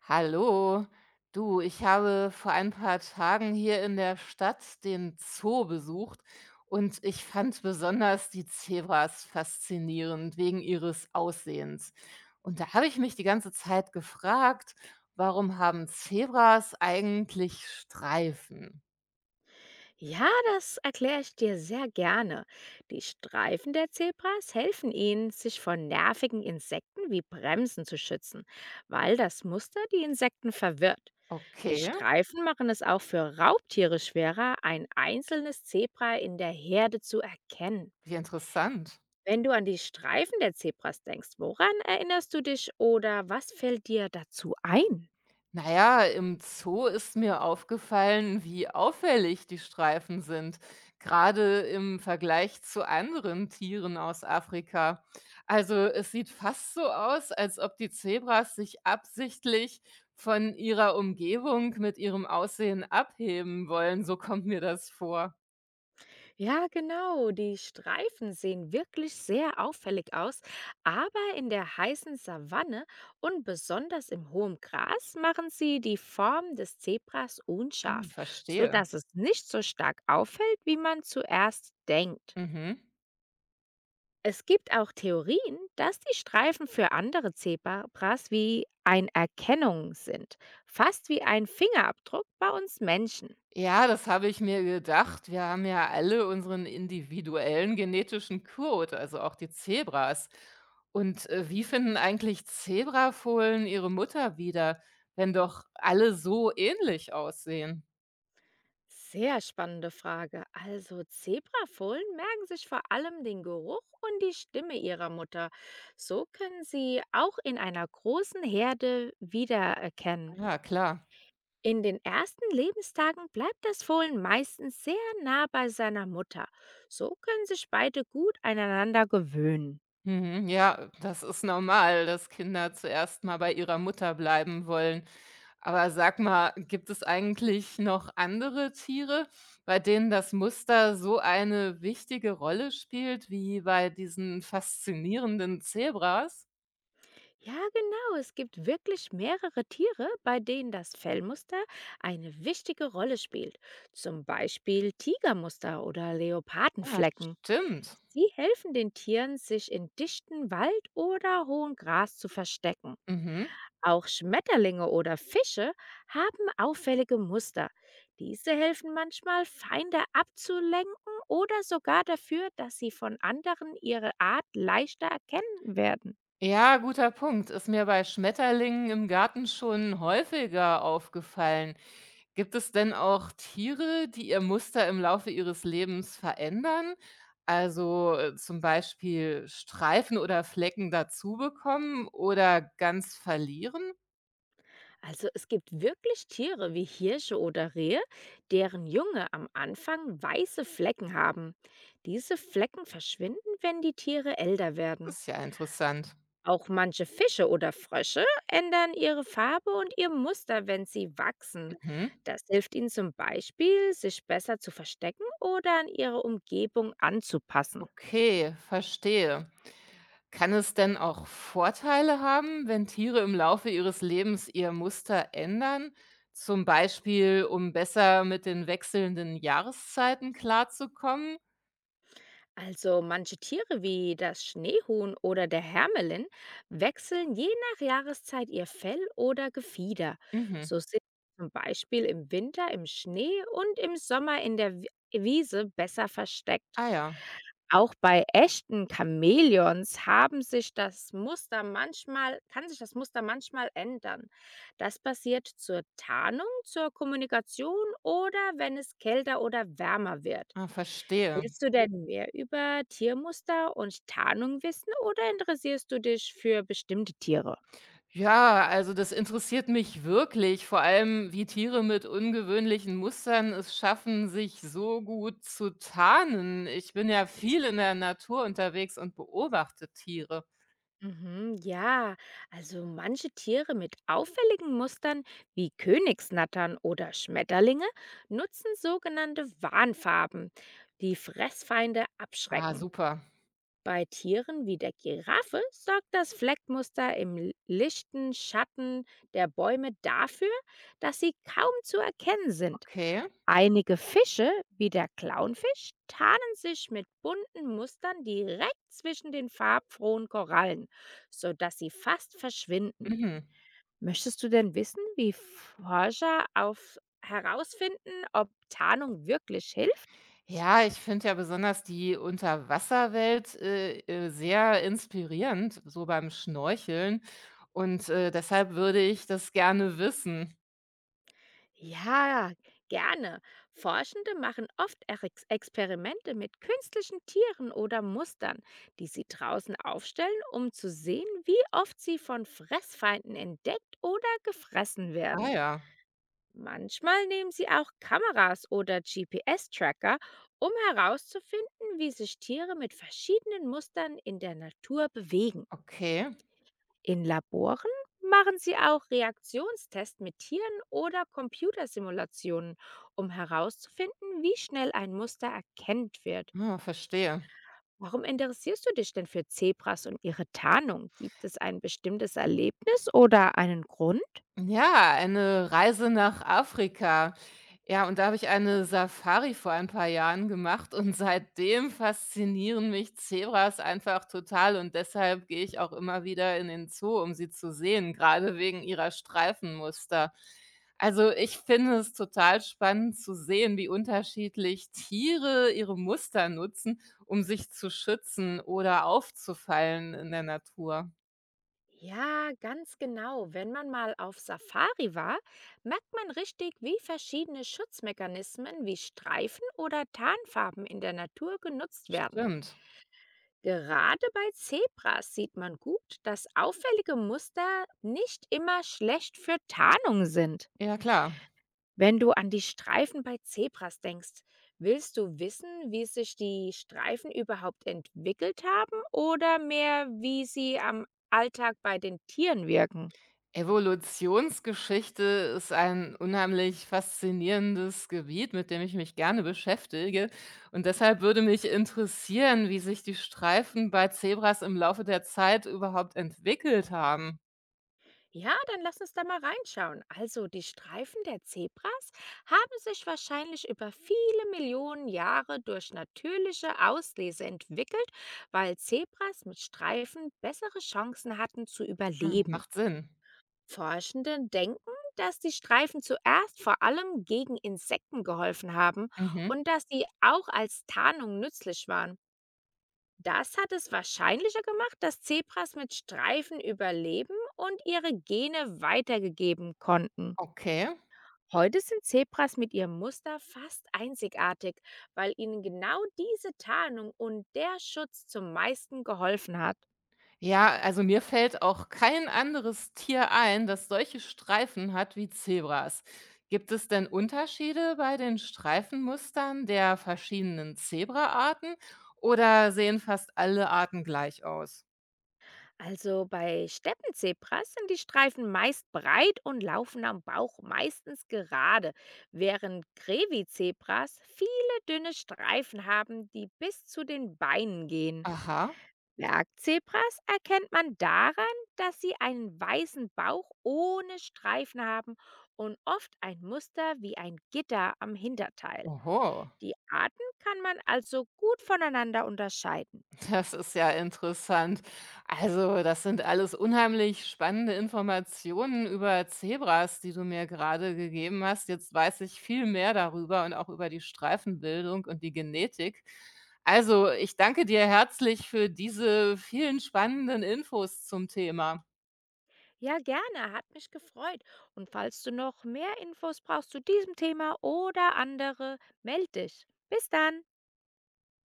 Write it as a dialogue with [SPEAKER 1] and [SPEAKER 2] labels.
[SPEAKER 1] Hallo, du, ich habe vor ein paar Tagen hier in der Stadt den Zoo besucht und ich fand besonders die Zebras faszinierend wegen ihres Aussehens. Und da habe ich mich die ganze Zeit gefragt, warum haben Zebras eigentlich Streifen?
[SPEAKER 2] Ja, das erkläre ich dir sehr gerne. Die Streifen der Zebras helfen ihnen, sich vor nervigen Insekten wie Bremsen zu schützen, weil das Muster die Insekten verwirrt. Die
[SPEAKER 1] Okay,
[SPEAKER 2] Streifen machen es auch für Raubtiere schwerer, ein einzelnes Zebra in der Herde zu erkennen.
[SPEAKER 1] wie interessant.
[SPEAKER 2] Wenn du an die Streifen der Zebras denkst, woran erinnerst du dich oder was fällt dir dazu ein?
[SPEAKER 1] Na ja, im Zoo ist mir aufgefallen, wie auffällig die Streifen sind, gerade im Vergleich zu anderen Tieren aus Afrika. Also es sieht fast so aus, als ob die Zebras sich absichtlich von ihrer Umgebung mit ihrem Aussehen abheben wollen. So kommt mir das vor.
[SPEAKER 2] Ja, genau. Die Streifen sehen wirklich sehr auffällig aus, aber in der heißen Savanne und besonders im hohen Gras machen sie die Form des Zebras
[SPEAKER 1] Ah, ich
[SPEAKER 2] unscharf,
[SPEAKER 1] verstehe.
[SPEAKER 2] sodass es nicht so stark auffällt, wie man zuerst denkt.
[SPEAKER 1] Mhm.
[SPEAKER 2] Es gibt auch Theorien, dass die Streifen für andere Zebras wie eine Erkennung sind, fast wie ein Fingerabdruck bei uns Menschen.
[SPEAKER 1] Ja, das habe ich mir gedacht. Wir haben ja alle unseren individuellen genetischen Code, also auch die Zebras. Und wie finden eigentlich Zebrafohlen ihre Mutter wieder, wenn doch alle so ähnlich aussehen?
[SPEAKER 2] Sehr spannende Frage. Also Zebrafohlen merken sich vor allem den Geruch und die Stimme ihrer Mutter. So können sie auch in einer großen Herde wiedererkennen.
[SPEAKER 1] Ja, klar.
[SPEAKER 2] In den ersten Lebenstagen bleibt das Fohlen meistens sehr nah bei seiner Mutter. So können sich beide gut aneinander gewöhnen.
[SPEAKER 1] Mhm, ja, das ist normal, dass Kinder zuerst mal bei ihrer Mutter bleiben wollen. Aber sag mal, gibt es eigentlich noch andere Tiere, bei denen das Muster so eine wichtige Rolle spielt wie bei diesen faszinierenden Zebras?
[SPEAKER 2] Ja, genau. Es gibt wirklich mehrere Tiere, bei denen das Fellmuster eine wichtige Rolle spielt. Zum Beispiel Tigermuster oder
[SPEAKER 1] Ja,
[SPEAKER 2] Leopardenflecken.
[SPEAKER 1] stimmt.
[SPEAKER 2] Sie helfen den Tieren, sich in dichten Wald oder hohem Gras zu verstecken.
[SPEAKER 1] Mhm.
[SPEAKER 2] Auch Schmetterlinge oder Fische haben auffällige Muster. Diese helfen manchmal, Feinde abzulenken oder sogar dafür, dass sie von anderen ihre Art leichter erkennen werden.
[SPEAKER 1] Ja, guter Punkt. Ist mir bei Schmetterlingen im Garten schon häufiger aufgefallen. Gibt es denn auch Tiere, die ihr Muster im Laufe ihres Lebens verändern? Also, zum Beispiel Streifen oder Flecken dazu bekommen oder ganz verlieren?
[SPEAKER 2] Also es gibt wirklich Tiere wie Hirsche oder Rehe, deren Junge am Anfang weiße Flecken haben. Diese Flecken verschwinden, wenn die Tiere älter werden.
[SPEAKER 1] Ist ja interessant.
[SPEAKER 2] Auch manche Fische oder Frösche ändern ihre Farbe und ihr Muster, wenn sie wachsen.
[SPEAKER 1] Mhm.
[SPEAKER 2] Das hilft ihnen zum Beispiel, sich besser zu verstecken oder an ihre Umgebung anzupassen.
[SPEAKER 1] Okay, verstehe. Kann es denn auch Vorteile haben, wenn Tiere im Laufe ihres Lebens ihr Muster ändern? Zum Beispiel, um besser mit den wechselnden Jahreszeiten klarzukommen?
[SPEAKER 2] Also manche Tiere wie das Schneehuhn oder der Hermelin wechseln je nach Jahreszeit ihr Fell oder Gefieder.
[SPEAKER 1] Mhm.
[SPEAKER 2] So sind sie zum Beispiel im Winter im Schnee und im Sommer in der Wiese besser versteckt.
[SPEAKER 1] Ah ja,
[SPEAKER 2] Auch bei echten Chamäleons haben sich das Muster manchmal kann sich das Muster manchmal ändern. Das passiert zur Tarnung, zur Kommunikation oder wenn es kälter oder wärmer wird.
[SPEAKER 1] ah, verstehe.
[SPEAKER 2] Willst du denn mehr über Tiermuster und Tarnung wissen oder interessierst du dich für bestimmte Tiere?
[SPEAKER 1] Ja, also das interessiert mich wirklich, vor allem wie Tiere mit ungewöhnlichen Mustern es schaffen, sich so gut zu tarnen. Ich bin ja viel in der Natur unterwegs und beobachte Tiere.
[SPEAKER 2] Mhm, ja, also manche Tiere mit auffälligen Mustern wie Königsnattern oder Schmetterlinge nutzen sogenannte Warnfarben, die Fressfeinde
[SPEAKER 1] Ah,
[SPEAKER 2] abschrecken.
[SPEAKER 1] super.
[SPEAKER 2] Bei Tieren wie der Giraffe sorgt das Fleckmuster im lichten Schatten der Bäume dafür, dass sie kaum zu erkennen sind.
[SPEAKER 1] Okay.
[SPEAKER 2] Einige Fische, wie der Clownfisch, tarnen sich mit bunten Mustern direkt zwischen den farbfrohen Korallen, sodass sie fast verschwinden.
[SPEAKER 1] Mhm.
[SPEAKER 2] Möchtest du denn wissen, wie Forscher auf herausfinden, ob Tarnung wirklich hilft?
[SPEAKER 1] Ja, ich finde ja besonders die Unterwasserwelt sehr inspirierend, so beim Schnorcheln. Und deshalb würde ich das gerne wissen.
[SPEAKER 2] Ja, gerne. Forschende machen oft Ex Experimente mit künstlichen Tieren oder Mustern, die sie draußen aufstellen, um zu sehen, wie oft sie von Fressfeinden entdeckt oder gefressen
[SPEAKER 1] Ah
[SPEAKER 2] werden.
[SPEAKER 1] ja,
[SPEAKER 2] Manchmal nehmen sie auch Kameras oder GPS-Tracker, um herauszufinden, wie sich Tiere mit verschiedenen Mustern in der Natur bewegen.
[SPEAKER 1] okay.
[SPEAKER 2] In Laboren machen sie auch Reaktionstests mit Tieren oder Computersimulationen, um herauszufinden, wie schnell ein Muster erkannt wird.
[SPEAKER 1] Ah, verstehe.
[SPEAKER 2] Warum interessierst du dich denn für Zebras und ihre Tarnung? Gibt es ein bestimmtes Erlebnis oder einen Grund?
[SPEAKER 1] Ja, eine Reise nach Afrika. Ja, und da habe ich eine Safari vor ein paar Jahren gemacht und seitdem faszinieren mich Zebras einfach total und deshalb gehe ich auch immer wieder in den Zoo, um sie zu sehen, gerade wegen ihrer Streifenmuster. Also ich finde es total spannend zu sehen, wie unterschiedlich Tiere ihre Muster nutzen, um sich zu schützen oder aufzufallen in der Natur.
[SPEAKER 2] Ja, ganz genau. Wenn man mal auf Safari war, merkt man richtig, wie verschiedene Schutzmechanismen wie Streifen oder Tarnfarben in der Natur genutzt werden.
[SPEAKER 1] Stimmt.
[SPEAKER 2] Gerade bei Zebras sieht man gut, dass auffällige Muster nicht immer schlecht für Tarnung sind.
[SPEAKER 1] Ja, klar.
[SPEAKER 2] Wenn du an die Streifen bei Zebras denkst, willst du wissen, wie sich die Streifen überhaupt entwickelt haben oder mehr, wie sie am Alltag bei den Tieren wirken?
[SPEAKER 1] Evolutionsgeschichte ist ein unheimlich faszinierendes Gebiet, mit dem ich mich gerne beschäftige. Und deshalb würde mich interessieren, wie sich die Streifen bei Zebras im Laufe der Zeit überhaupt entwickelt haben.
[SPEAKER 2] Ja, dann lass uns da mal reinschauen. Also die Streifen der Zebras haben sich wahrscheinlich über viele Millionen Jahre durch natürliche Auslese entwickelt, weil Zebras mit Streifen bessere Chancen hatten zu
[SPEAKER 1] Ah,
[SPEAKER 2] überleben.
[SPEAKER 1] macht Sinn.
[SPEAKER 2] Forschende denken, dass die Streifen zuerst vor allem gegen Insekten geholfen haben
[SPEAKER 1] Mhm.
[SPEAKER 2] und dass sie auch als Tarnung nützlich waren. Das hat es wahrscheinlicher gemacht, dass Zebras mit Streifen überleben und ihre Gene weitergegeben konnten.
[SPEAKER 1] Okay.
[SPEAKER 2] Heute sind Zebras mit ihrem Muster fast einzigartig, weil ihnen genau diese Tarnung und der Schutz zum meisten geholfen hat.
[SPEAKER 1] Ja, also mir fällt auch kein anderes Tier ein, das solche Streifen hat wie Zebras. Gibt es denn Unterschiede bei den Streifenmustern der verschiedenen Zebraarten oder sehen fast alle Arten gleich aus?
[SPEAKER 2] Also bei Steppenzebras sind die Streifen meist breit und laufen am Bauch meistens gerade, während Grevi-Zebras viele dünne Streifen haben, die bis zu den Beinen gehen.
[SPEAKER 1] Aha,
[SPEAKER 2] Bergzebras erkennt man daran, dass sie einen weißen Bauch ohne Streifen haben und oft ein Muster wie ein Gitter am Hinterteil.
[SPEAKER 1] oho.
[SPEAKER 2] Die Arten kann man also gut voneinander unterscheiden.
[SPEAKER 1] Das ist ja interessant. Also, das sind alles unheimlich spannende Informationen über Zebras, die du mir gerade gegeben hast. Jetzt weiß ich viel mehr darüber und auch über die Streifenbildung und die Genetik. Also, ich danke dir herzlich für diese vielen spannenden Infos zum Thema.
[SPEAKER 2] Ja, gerne, hat mich gefreut. Und falls du noch mehr Infos brauchst zu diesem Thema oder andere, melde dich. Bis dann!